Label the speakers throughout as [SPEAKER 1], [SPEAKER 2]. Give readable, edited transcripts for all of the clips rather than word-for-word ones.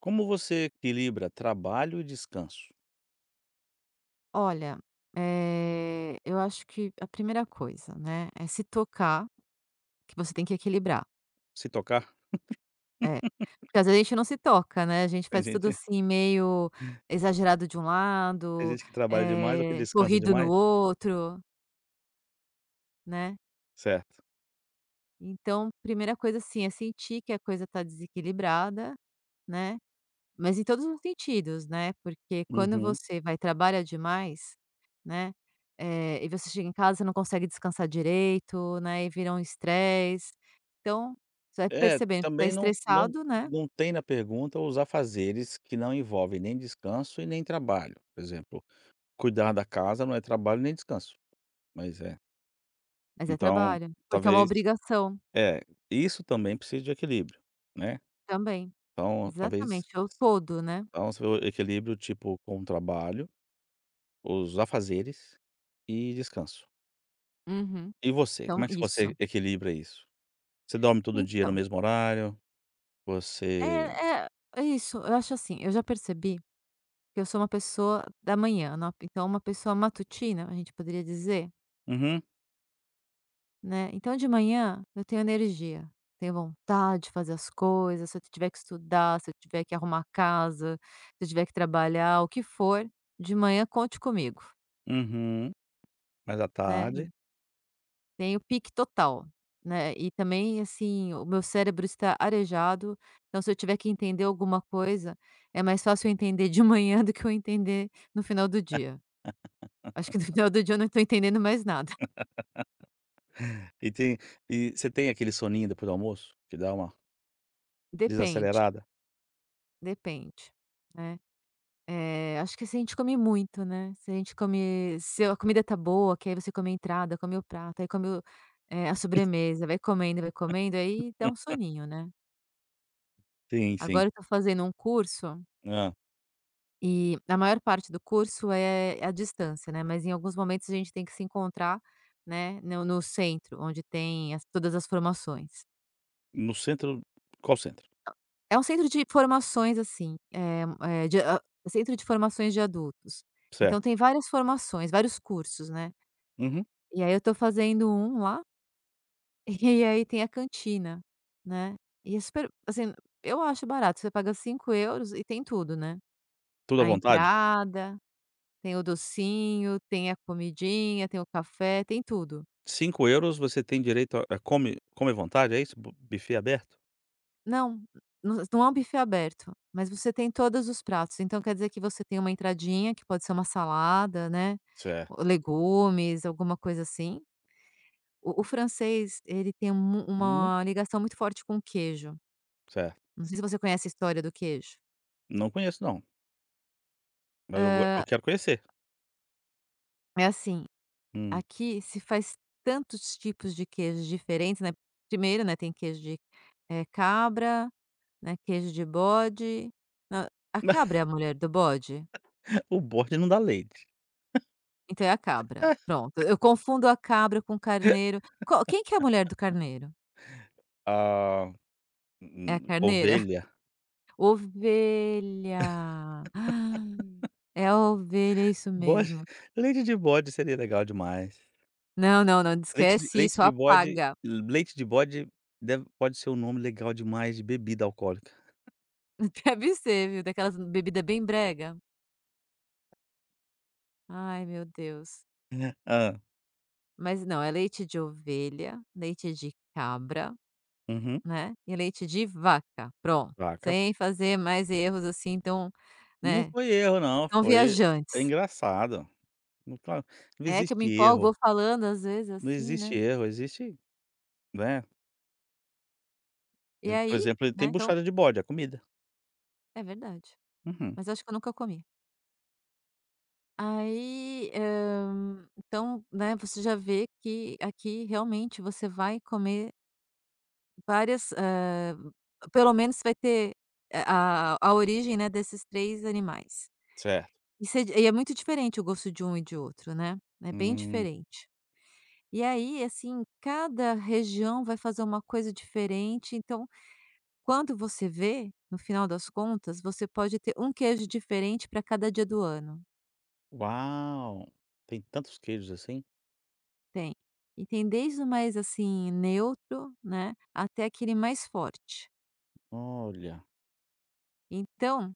[SPEAKER 1] Como você equilibra trabalho e descanso?
[SPEAKER 2] Olha, eu acho que a primeira coisa, né, é se tocar, que você tem que equilibrar.
[SPEAKER 1] Se tocar,
[SPEAKER 2] É. Porque às vezes a gente não se toca, né, a gente
[SPEAKER 1] tem
[SPEAKER 2] faz tudo
[SPEAKER 1] gente
[SPEAKER 2] assim meio exagerado de um
[SPEAKER 1] tem
[SPEAKER 2] lado,
[SPEAKER 1] gente que trabalha demais ou que descansa
[SPEAKER 2] corrido no
[SPEAKER 1] demais.
[SPEAKER 2] outro, né.
[SPEAKER 1] Certo.
[SPEAKER 2] Então, primeira coisa assim, é sentir que a coisa tá desequilibrada, né. Mas em todos os sentidos, né, porque quando
[SPEAKER 1] Uhum.
[SPEAKER 2] você vai trabalha demais, né, e você chega em casa, você não consegue descansar direito, né, e vira um estresse. Então, você vai
[SPEAKER 1] É,
[SPEAKER 2] percebendo que está
[SPEAKER 1] também não não
[SPEAKER 2] estressado, né,
[SPEAKER 1] não tem na pergunta os afazeres que não envolvem nem descanso e nem trabalho. Por exemplo, cuidar da casa não é trabalho nem descanso, mas é.
[SPEAKER 2] mas é
[SPEAKER 1] Então,
[SPEAKER 2] trabalho, porque é uma
[SPEAKER 1] talvez
[SPEAKER 2] obrigação
[SPEAKER 1] é, isso também precisa de equilíbrio, né.
[SPEAKER 2] também.
[SPEAKER 1] Então, talvez
[SPEAKER 2] Exatamente, é o todo, né.
[SPEAKER 1] então, se for equilíbrio, tipo, com o trabalho, os afazeres e descanso.
[SPEAKER 2] Uhum.
[SPEAKER 1] E você,
[SPEAKER 2] Então
[SPEAKER 1] como é que
[SPEAKER 2] isso.
[SPEAKER 1] você equilibra isso? Você dorme todo dia no
[SPEAKER 2] Então,
[SPEAKER 1] mesmo horário?
[SPEAKER 2] é
[SPEAKER 1] Você
[SPEAKER 2] é é isso, eu acho assim, eu já percebi que eu sou uma pessoa da manhã, né, então uma pessoa matutina, a gente poderia dizer?
[SPEAKER 1] Uhum,
[SPEAKER 2] Né, então de manhã eu tenho energia, tenho vontade de fazer as coisas, se eu tiver que estudar, se eu tiver que arrumar a casa, se eu tiver que trabalhar, o que for, de manhã conte comigo,
[SPEAKER 1] uhum, mais à
[SPEAKER 2] né, e
[SPEAKER 1] tarde.
[SPEAKER 2] tenho pique total, né, e também, assim, o meu cérebro está arejado, então se eu tiver que entender alguma coisa, é mais fácil eu entender de manhã do que eu entender no final do dia. Acho que no final do dia eu não estou entendendo mais nada.
[SPEAKER 1] E tem e você tem aquele soninho depois do almoço, que dá uma
[SPEAKER 2] Depende,
[SPEAKER 1] desacelerada?
[SPEAKER 2] depende, né. Eh, acho que se a gente come muito, né, se a gente come se a comida tá boa, que aí você come a entrada, come o prato, aí come o a sobremesa, vai comendo, aí dá um soninho, né.
[SPEAKER 1] Sim,
[SPEAKER 2] Agora
[SPEAKER 1] sim.
[SPEAKER 2] eu tô fazendo um curso,
[SPEAKER 1] Ah.
[SPEAKER 2] e a maior parte do curso é à distância, né, mas em alguns momentos a gente tem que se encontrar, né, no centro, onde tem as todas as formações.
[SPEAKER 1] No centro Qual centro?
[SPEAKER 2] É um centro de formações, assim, eh eh, de a centro de formações de adultos. Então tem
[SPEAKER 1] Certo.
[SPEAKER 2] várias formações, vários cursos, né.
[SPEAKER 1] Uhum.
[SPEAKER 2] E aí eu tô fazendo um lá, e aí tem a cantina, né. E é super assim, eu acho barato, você paga 5 euros e tem tudo, né.
[SPEAKER 1] Tudo à
[SPEAKER 2] A
[SPEAKER 1] vontade?
[SPEAKER 2] entrada, tem o docinho, tem a comidinha, tem o café, tem tudo.
[SPEAKER 1] 5 euros você tem direito a come à vontade, é isso? Bu buffet aberto?
[SPEAKER 2] Não, não é um buffet aberto, mas você tem todos os pratos, então quer dizer que você tem uma entradinha, que pode ser uma salada, né,
[SPEAKER 1] Certo.
[SPEAKER 2] ou legumes, alguma coisa assim. O francês, ele tem mu
[SPEAKER 1] Hum,
[SPEAKER 2] uma ligação muito forte com o queijo.
[SPEAKER 1] certo.
[SPEAKER 2] Não sei se você conhece a história do queijo.
[SPEAKER 1] Não conheço não, mas eu quero conhecer.
[SPEAKER 2] É assim,
[SPEAKER 1] Hum.
[SPEAKER 2] aqui se faz tantos tipos de queijos diferentes, né. Primeiro, né, tem queijo de, cabra, né, queijo de bode. Hã, a cabra é a mulher do bode?
[SPEAKER 1] O bode não dá leite.
[SPEAKER 2] Então é a cabra, pronto. Eu confundo a cabra com o carneiro. Qual quem que é a mulher do carneiro?
[SPEAKER 1] Ah.
[SPEAKER 2] É a carneira?
[SPEAKER 1] Ovelha?
[SPEAKER 2] Ovelha! Ah, é a ovelha, é isso
[SPEAKER 1] Bode.
[SPEAKER 2] mesmo.
[SPEAKER 1] Leite de bode seria legal demais.
[SPEAKER 2] Não, não, não,
[SPEAKER 1] Leite de
[SPEAKER 2] esquece isso,
[SPEAKER 1] leite de bode
[SPEAKER 2] apaga.
[SPEAKER 1] leite de bode deve pode ser um nome legal demais de bebida alcoólica.
[SPEAKER 2] Deve ser, viu, daquelas bebida bem brega. Ai, meu Deus.
[SPEAKER 1] Ah.
[SPEAKER 2] Mas não, é leite de ovelha, leite de cabra,
[SPEAKER 1] Uhum.
[SPEAKER 2] né, e leite de vaca, pronto,
[SPEAKER 1] Vaca.
[SPEAKER 2] sem fazer mais erros, assim, tão,
[SPEAKER 1] Não
[SPEAKER 2] né,
[SPEAKER 1] foi erro não,
[SPEAKER 2] tão
[SPEAKER 1] foi é
[SPEAKER 2] viajantes.
[SPEAKER 1] engraçado. Não tá não
[SPEAKER 2] É que eu me
[SPEAKER 1] existe
[SPEAKER 2] empolgo, vou
[SPEAKER 1] erro,
[SPEAKER 2] falando às vezes,
[SPEAKER 1] não
[SPEAKER 2] assim,
[SPEAKER 1] existe
[SPEAKER 2] né,
[SPEAKER 1] erro, existe, né.
[SPEAKER 2] e
[SPEAKER 1] Por
[SPEAKER 2] aí,
[SPEAKER 1] exemplo,
[SPEAKER 2] né,
[SPEAKER 1] tem
[SPEAKER 2] então
[SPEAKER 1] buchada de bode, a comida.
[SPEAKER 2] é verdade,
[SPEAKER 1] Uhum.
[SPEAKER 2] mas acho que eu nunca comi. Aí, hã, então, né, você já vê que aqui realmente você vai comer várias, hã, pelo menos vai ter a origem, né, desses 3 animais.
[SPEAKER 1] Certo.
[SPEAKER 2] E você e é muito diferente o gosto de um e de outro, né. É bem
[SPEAKER 1] Hum.
[SPEAKER 2] diferente. E aí, assim, cada região vai fazer uma coisa diferente, então, quando você vê, no final das contas, você pode ter um queijo diferente pra cada dia do ano,
[SPEAKER 1] Uau! Tem tantos queijos assim?
[SPEAKER 2] tem. E tem desde o mais, assim, neutro, né, até aquele mais forte.
[SPEAKER 1] Olha.
[SPEAKER 2] Então,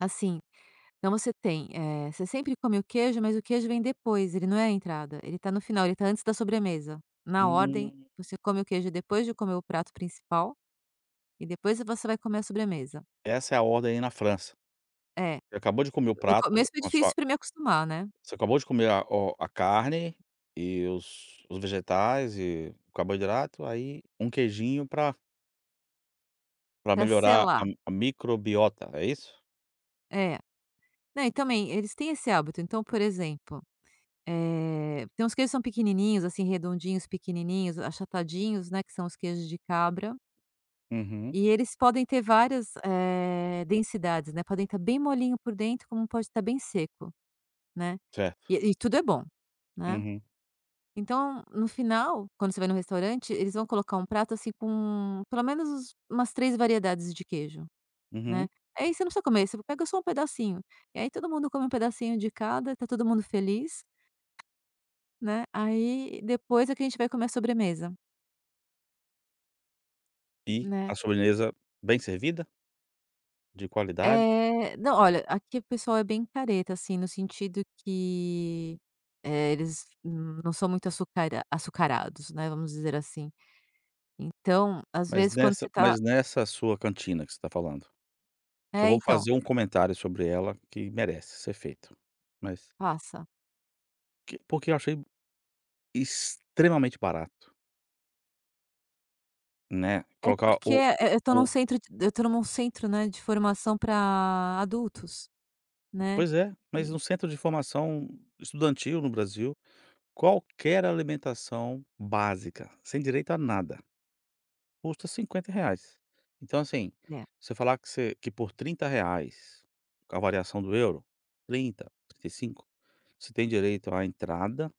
[SPEAKER 2] assim, então você tem, você sempre come o queijo, mas o queijo vem depois, ele não é a entrada, ele tá no final, ele tá antes da sobremesa. Na ordem,
[SPEAKER 1] Hum.
[SPEAKER 2] você come o queijo depois de comer o prato principal e depois você vai comer a sobremesa.
[SPEAKER 1] Essa é a ordem aí na França.
[SPEAKER 2] É,
[SPEAKER 1] Você acabou de comer o
[SPEAKER 2] no
[SPEAKER 1] prato
[SPEAKER 2] começo foi
[SPEAKER 1] com a
[SPEAKER 2] difícil
[SPEAKER 1] sua
[SPEAKER 2] pra me acostumar, né,
[SPEAKER 1] você acabou de comer a carne e os vegetais e o carboidrato, aí um queijinho pra
[SPEAKER 2] pra
[SPEAKER 1] melhorar a
[SPEAKER 2] selar.
[SPEAKER 1] a microbiota, é isso?
[SPEAKER 2] É. Não, e também eles têm esse hábito, então, por exemplo, tem uns queijos que são pequenininhos, assim, redondinhos, pequenininhos, achatadinhos, né, que são os queijos de cabra.
[SPEAKER 1] Uhum,
[SPEAKER 2] E eles podem ter várias, densidades, né, podem estar bem molinho por dentro, como pode estar bem seco, né.
[SPEAKER 1] certo.
[SPEAKER 2] E tudo é bom, né.
[SPEAKER 1] Uhum,
[SPEAKER 2] Então, no final, quando você vai no restaurante, eles vão colocar um prato, assim, com pelo menos uns umas 3 variedades de queijo, né.
[SPEAKER 1] uhum.
[SPEAKER 2] Aí você não precisa comer, você pega só um pedacinho. E aí todo mundo come um pedacinho de cada, tá todo mundo feliz, né. Aí depois é que a gente vai comer a sobremesa,
[SPEAKER 1] E
[SPEAKER 2] né.
[SPEAKER 1] a sobremesa bem servida, de qualidade,
[SPEAKER 2] É não, olha, aqui o pessoal é bem careta, assim, no sentido que, eles não são muito açucara açucarados, né, vamos dizer assim. Então, às
[SPEAKER 1] mas
[SPEAKER 2] vezes, quando você
[SPEAKER 1] nessa
[SPEAKER 2] tá
[SPEAKER 1] mas nessa sua cantina que você tá falando, que eu
[SPEAKER 2] é,
[SPEAKER 1] vou
[SPEAKER 2] então,
[SPEAKER 1] fazer um comentário sobre ela que merece ser feito, mas
[SPEAKER 2] passa.
[SPEAKER 1] que porque eu achei extremamente barato, né,
[SPEAKER 2] É
[SPEAKER 1] colocar
[SPEAKER 2] porque,
[SPEAKER 1] o o
[SPEAKER 2] eu tô num centro, né, de formação para adultos, né,
[SPEAKER 1] Pois é, mas
[SPEAKER 2] e
[SPEAKER 1] no centro de formação estudantil no Brasil, qualquer alimentação básica, sem direito a nada, custa 50 reais. Então, assim,
[SPEAKER 2] é.
[SPEAKER 1] você falar que você que por 30 reais com a variação do euro, trinta e cinco você tem direito à entrada,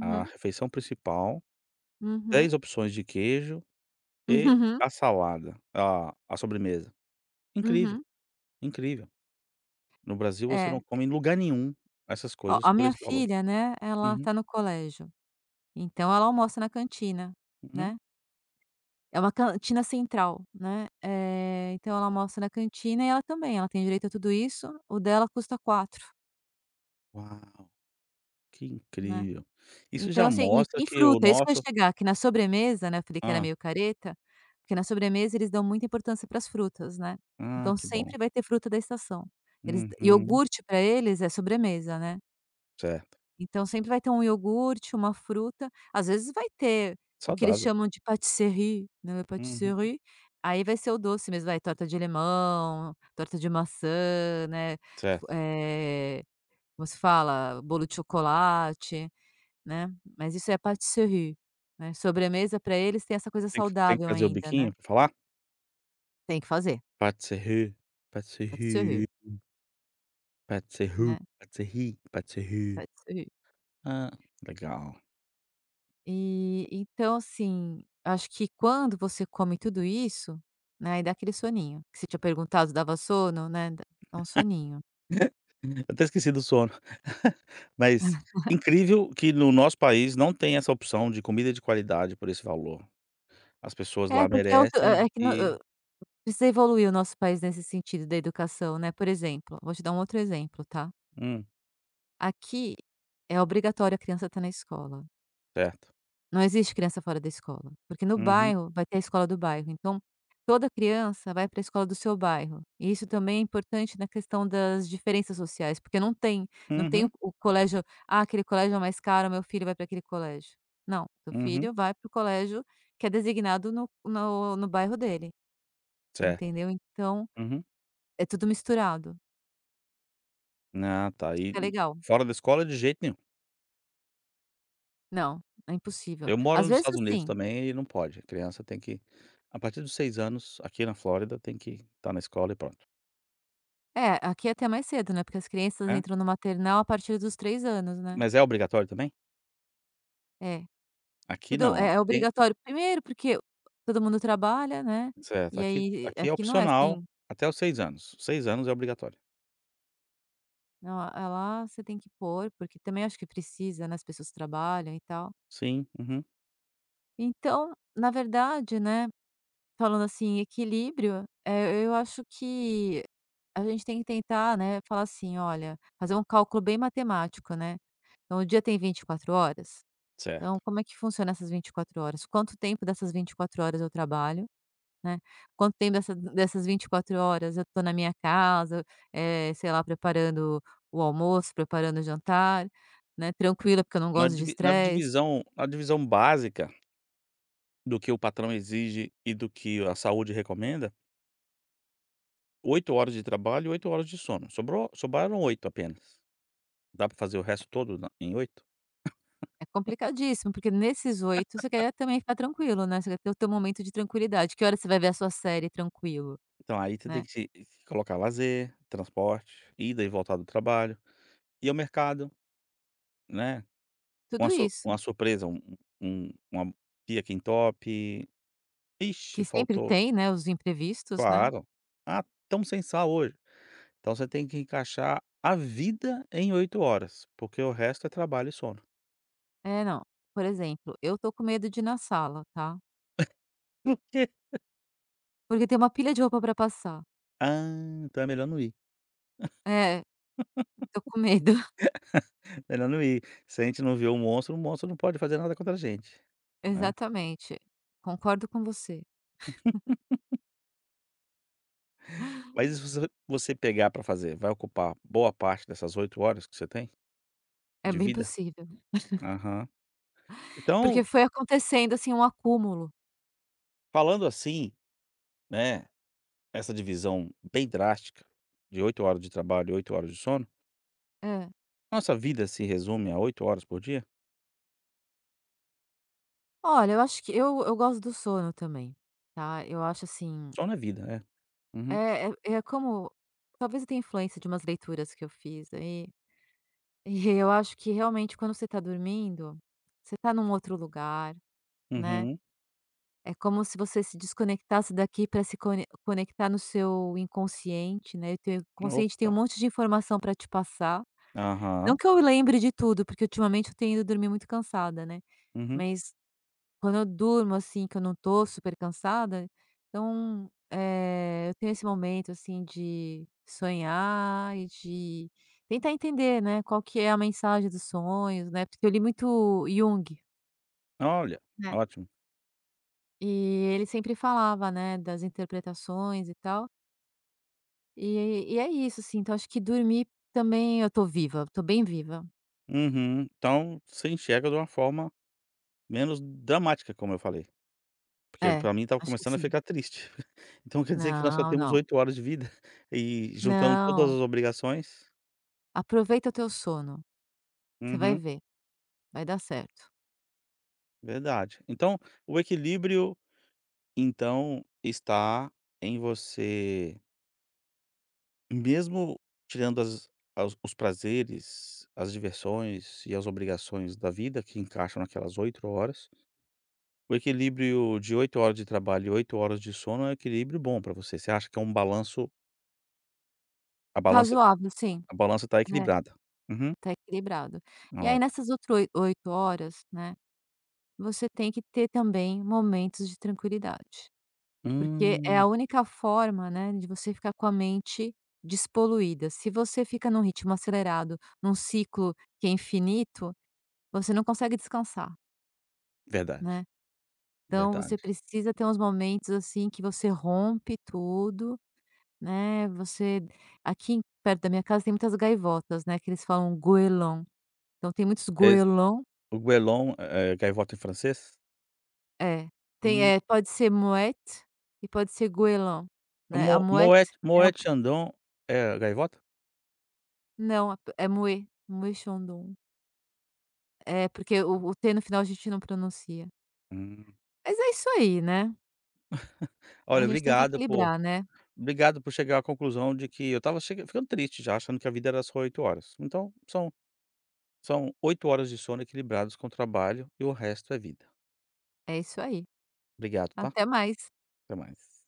[SPEAKER 1] à refeição principal,
[SPEAKER 2] uhum,
[SPEAKER 1] 10 opções de queijo e
[SPEAKER 2] uhum,
[SPEAKER 1] a salada, a sobremesa. Incrível,
[SPEAKER 2] uhum.
[SPEAKER 1] incrível. No Brasil você
[SPEAKER 2] É.
[SPEAKER 1] não come em lugar nenhum essas
[SPEAKER 2] Ó,
[SPEAKER 1] coisas
[SPEAKER 2] a
[SPEAKER 1] por
[SPEAKER 2] minha
[SPEAKER 1] esse valor.
[SPEAKER 2] filha, né, ela
[SPEAKER 1] Uhum,
[SPEAKER 2] tá no colégio, então ela almoça na cantina,
[SPEAKER 1] uhum.
[SPEAKER 2] né. É uma cantina central, né, então ela almoça na cantina e ela também, ela tem direito a tudo isso, o dela custa 4,
[SPEAKER 1] Uau, que
[SPEAKER 2] né.
[SPEAKER 1] incrível. Isso
[SPEAKER 2] Então
[SPEAKER 1] já
[SPEAKER 2] assim, e
[SPEAKER 1] mostra
[SPEAKER 2] tem
[SPEAKER 1] que o
[SPEAKER 2] fruta, é isso que eu ia
[SPEAKER 1] nosso.
[SPEAKER 2] chegar, que na sobremesa, né, eu falei que era
[SPEAKER 1] Hã.
[SPEAKER 2] meio careta, porque na sobremesa eles dão muita importância para as frutas, né,
[SPEAKER 1] Ah,
[SPEAKER 2] então
[SPEAKER 1] que bom.
[SPEAKER 2] sempre vai ter fruta da estação. Eles
[SPEAKER 1] Uhum.
[SPEAKER 2] iogurte para eles é sobremesa, né.
[SPEAKER 1] Certo.
[SPEAKER 2] Então sempre vai ter um iogurte, uma fruta, às vezes vai ter o que eles
[SPEAKER 1] Saudável.
[SPEAKER 2] chamam de pâtisserie, né,
[SPEAKER 1] Uhum.
[SPEAKER 2] pâtisserie, aí vai ser o doce mesmo, vai torta de limão, torta de maçã, né, fu
[SPEAKER 1] Certo.
[SPEAKER 2] eh, como se fala? Bolo de chocolate, né, mas isso é pâtisserie, né. Sobremesa para eles tem essa coisa
[SPEAKER 1] Tem que
[SPEAKER 2] saudável
[SPEAKER 1] fazer o
[SPEAKER 2] ainda, né.
[SPEAKER 1] biquinho pra falar?
[SPEAKER 2] Tem que fazer,
[SPEAKER 1] "Pâtisserie, pâtisserie,
[SPEAKER 2] pâtisserie,
[SPEAKER 1] pâtisserie,
[SPEAKER 2] né,
[SPEAKER 1] pâtisserie, pâtisserie".
[SPEAKER 2] pâtisserie.
[SPEAKER 1] Ah, legal.
[SPEAKER 2] E então, assim, acho que quando você come tudo isso, né, aí dá aquele soninho, que você tinha perguntado, dava sono, né, dá um soninho.
[SPEAKER 1] Eu até esqueci do sono. Mas incrível que no nosso país não tem essa opção de comida de qualidade por esse valor. As pessoas
[SPEAKER 2] É,
[SPEAKER 1] lá
[SPEAKER 2] porque é outro é
[SPEAKER 1] merecem
[SPEAKER 2] é que no
[SPEAKER 1] e
[SPEAKER 2] hã, precisa evoluir o nosso país nesse sentido da educação, né, por exemplo, vou te dar um outro exemplo, tá.
[SPEAKER 1] hum,
[SPEAKER 2] Aqui é obrigatório a criança estar na escola.
[SPEAKER 1] certo.
[SPEAKER 2] Não existe criança fora da escola, porque no
[SPEAKER 1] Uhum,
[SPEAKER 2] bairro vai ter a escola do bairro, então toda criança vai para a escola do seu bairro. E isso também é importante na questão das diferenças sociais, porque não tem, não tem o
[SPEAKER 1] uhum,
[SPEAKER 2] o colégio, ah, aquele colégio é mais caro, meu filho vai para aquele colégio. Não, seu
[SPEAKER 1] uhum.
[SPEAKER 2] filho vai para o colégio que é designado no bairro dele,
[SPEAKER 1] Certo.
[SPEAKER 2] entendeu? Então,
[SPEAKER 1] Uhum.
[SPEAKER 2] é tudo misturado,
[SPEAKER 1] Ah, tá.
[SPEAKER 2] isso
[SPEAKER 1] E
[SPEAKER 2] que é
[SPEAKER 1] n
[SPEAKER 2] legal.
[SPEAKER 1] Fora da escola, de jeito nenhum.
[SPEAKER 2] Não, é impossível.
[SPEAKER 1] Eu moro
[SPEAKER 2] Às
[SPEAKER 1] nos
[SPEAKER 2] vezes
[SPEAKER 1] Estados Unidos
[SPEAKER 2] assim,
[SPEAKER 1] também e não pode. A criança tem que, a partir dos 6 anos, aqui na Flórida, tem que estar na escola e pronto.
[SPEAKER 2] é, aqui é até mais cedo, né, porque as crianças
[SPEAKER 1] Né?
[SPEAKER 2] entram no maternal a partir dos 3 anos, né.
[SPEAKER 1] Mas é obrigatório também?
[SPEAKER 2] É,
[SPEAKER 1] Aqui
[SPEAKER 2] tudo
[SPEAKER 1] não, ó.
[SPEAKER 2] é
[SPEAKER 1] Tem
[SPEAKER 2] obrigatório. Primeiro porque todo mundo trabalha, né,
[SPEAKER 1] Certo.
[SPEAKER 2] e
[SPEAKER 1] Aqui
[SPEAKER 2] aí
[SPEAKER 1] aqui é
[SPEAKER 2] aqui não é
[SPEAKER 1] opcional
[SPEAKER 2] assim,
[SPEAKER 1] até os 6 anos. 6 anos é obrigatório.
[SPEAKER 2] não, lá você tem que pôr, porque também acho que precisa, né, as pessoas trabalham e tal.
[SPEAKER 1] Sim, uhum.
[SPEAKER 2] Então, na verdade, né, falando assim, equilíbrio, eu acho que a gente tem que tentar, né, falar assim: "Olha", fazer um cálculo bem matemático, né. Então o dia tem 24 horas, então
[SPEAKER 1] Certo.
[SPEAKER 2] como é que funciona essas 24 horas? Quanto tempo dessas 24 horas eu trabalho? Né. Quanto tempo dessas 24 horas eu tô na minha casa, sei lá, preparando o almoço, preparando o jantar, né, tranquila, porque eu não
[SPEAKER 1] Na
[SPEAKER 2] gosto de
[SPEAKER 1] divi na
[SPEAKER 2] estresse.
[SPEAKER 1] divisão na divisão básica do que o patrão exige e do que a saúde recomenda, 8 horas de trabalho e 8 horas de sono. Sobrou sobraram 8 apenas. Dá pra fazer o resto todo na em oito.
[SPEAKER 2] É complicadíssimo, porque nesses oito você quer também ficar tranquilo, né, você quer ter o teu momento de tranquilidade. Que hora você vai ver a sua série tranquilo,
[SPEAKER 1] Então aí você tem
[SPEAKER 2] né.
[SPEAKER 1] que se colocar lazer, transporte, ida e voltar do trabalho, ir ao mercado, né,
[SPEAKER 2] Tudo
[SPEAKER 1] uma sur
[SPEAKER 2] isso,
[SPEAKER 1] uma surpresa, uma pia em top. Ixi,
[SPEAKER 2] que sempre
[SPEAKER 1] faltou
[SPEAKER 2] tem, né, os imprevistos, né.
[SPEAKER 1] claro. "Ah, tão sem sal hoje". Então você tem que encaixar a vida em 8 horas, porque o resto é trabalho e sono.
[SPEAKER 2] É, não, por exemplo, eu tô com medo de ir na sala, tá,
[SPEAKER 1] "Por quê?".
[SPEAKER 2] porque tem uma pilha de roupa pra passar.
[SPEAKER 1] "Ah, então é melhor não ir,
[SPEAKER 2] É, tô com medo.
[SPEAKER 1] melhor não ir. Se a gente não vê o monstro não pode fazer nada contra a gente", né.
[SPEAKER 2] Exatamente, concordo com você,
[SPEAKER 1] Mas e se você pegar pra fazer, vai ocupar boa parte dessas 8 horas que você tem
[SPEAKER 2] é
[SPEAKER 1] de
[SPEAKER 2] bem
[SPEAKER 1] vida?
[SPEAKER 2] possível,
[SPEAKER 1] Aham.
[SPEAKER 2] porque
[SPEAKER 1] Então,
[SPEAKER 2] foi acontecendo, assim, um acúmulo.
[SPEAKER 1] falando assim, né, essa divisão bem drástica de 8 horas de trabalho e 8 horas de sono,
[SPEAKER 2] É.
[SPEAKER 1] nossa vida se resume a 8 horas por dia?
[SPEAKER 2] Olha, eu acho que eu gosto do sono também, tá, eu acho, assim,
[SPEAKER 1] Sono é vida, né. Uhum,
[SPEAKER 2] é é é como talvez eu tenha influência de umas leituras que eu fiz aí, e eu acho que realmente quando você tá dormindo, você tá num outro lugar, né,
[SPEAKER 1] uhum.
[SPEAKER 2] é como se você se desconectasse daqui para se conectar no seu inconsciente, né, e o teu inconsciente tem um
[SPEAKER 1] Opa.
[SPEAKER 2] monte de informação para te passar. Não
[SPEAKER 1] Aham.
[SPEAKER 2] que eu lembre de tudo, porque ultimamente eu tenho ido dormir muito cansada, né,
[SPEAKER 1] Uhum.
[SPEAKER 2] mas quando eu durmo, assim, que eu não tô super cansada, então, eu tenho esse momento, assim, de sonhar e de tentar entender, né, qual que é a mensagem dos sonhos, né, porque eu li muito Jung,
[SPEAKER 1] Olha,
[SPEAKER 2] né,
[SPEAKER 1] ótimo.
[SPEAKER 2] e ele sempre falava, né, das interpretações e tal, e é isso, assim, então acho que dormir também eu tô viva, tô bem viva.
[SPEAKER 1] Uhum. Então, você enxerga de uma forma menos dramática, como eu falei. Porque
[SPEAKER 2] É,
[SPEAKER 1] pra mim estava
[SPEAKER 2] acho que
[SPEAKER 1] começando a
[SPEAKER 2] sim.
[SPEAKER 1] ficar triste. Então quer dizer que nós só
[SPEAKER 2] Não,
[SPEAKER 1] temos
[SPEAKER 2] não.
[SPEAKER 1] 8 horas de vida e juntando todas
[SPEAKER 2] Não.
[SPEAKER 1] as obrigações.
[SPEAKER 2] Aproveita o teu sono, você vai
[SPEAKER 1] Uhum,
[SPEAKER 2] ver, vai dar certo.
[SPEAKER 1] verdade. Então, o equilíbrio, então, está em você mesmo tirando as as os prazeres, as diversões e as obrigações da vida que encaixam naquelas 8 horas, o equilíbrio de 8 horas de trabalho e 8 horas de sono é um equilíbrio bom para você. Você acha que é um balanço, a balança
[SPEAKER 2] Razoável, sim.
[SPEAKER 1] a balança está
[SPEAKER 2] É,
[SPEAKER 1] equilibrada? Uhum.
[SPEAKER 2] tá equilibrado. E aí
[SPEAKER 1] Ótimo.
[SPEAKER 2] nessas outras oi 8 horas, né, você tem que ter também momentos de tranquilidade, porque é a
[SPEAKER 1] Hum,
[SPEAKER 2] única forma, né, de você ficar com a mente despoluída. Se você fica num ritmo acelerado, num ciclo que é infinito, você não consegue descansar,
[SPEAKER 1] verdade,
[SPEAKER 2] né. Então você
[SPEAKER 1] verdade.
[SPEAKER 2] precisa ter uns momentos, assim, que você rompe tudo. Né, você aqui perto da minha casa tem muitas gaivotas, né, que eles falam goélon, então tem muitos
[SPEAKER 1] Es
[SPEAKER 2] goélon
[SPEAKER 1] O guelon é gaivota em francês?
[SPEAKER 2] é, tem
[SPEAKER 1] Hum,
[SPEAKER 2] é, pode ser moete e pode ser goélon,
[SPEAKER 1] o
[SPEAKER 2] né,
[SPEAKER 1] mo
[SPEAKER 2] a
[SPEAKER 1] moet
[SPEAKER 2] moete ela
[SPEAKER 1] moet
[SPEAKER 2] p
[SPEAKER 1] Chandon é gaivota?
[SPEAKER 2] não, é moe mouê chandon. É, porque o T no final a gente não pronuncia.
[SPEAKER 1] Hum.
[SPEAKER 2] Mas é isso aí, né, a
[SPEAKER 1] Olha,
[SPEAKER 2] gente tem que
[SPEAKER 1] obrigado por
[SPEAKER 2] equilibrar, né.
[SPEAKER 1] obrigado por chegar à conclusão de que eu estava ficando triste já, achando que a vida era só 8 horas. Então são 8 horas de sono equilibrados com trabalho e o resto é vida.
[SPEAKER 2] É isso aí.
[SPEAKER 1] Obrigado, tá?
[SPEAKER 2] Até mais.
[SPEAKER 1] Até mais.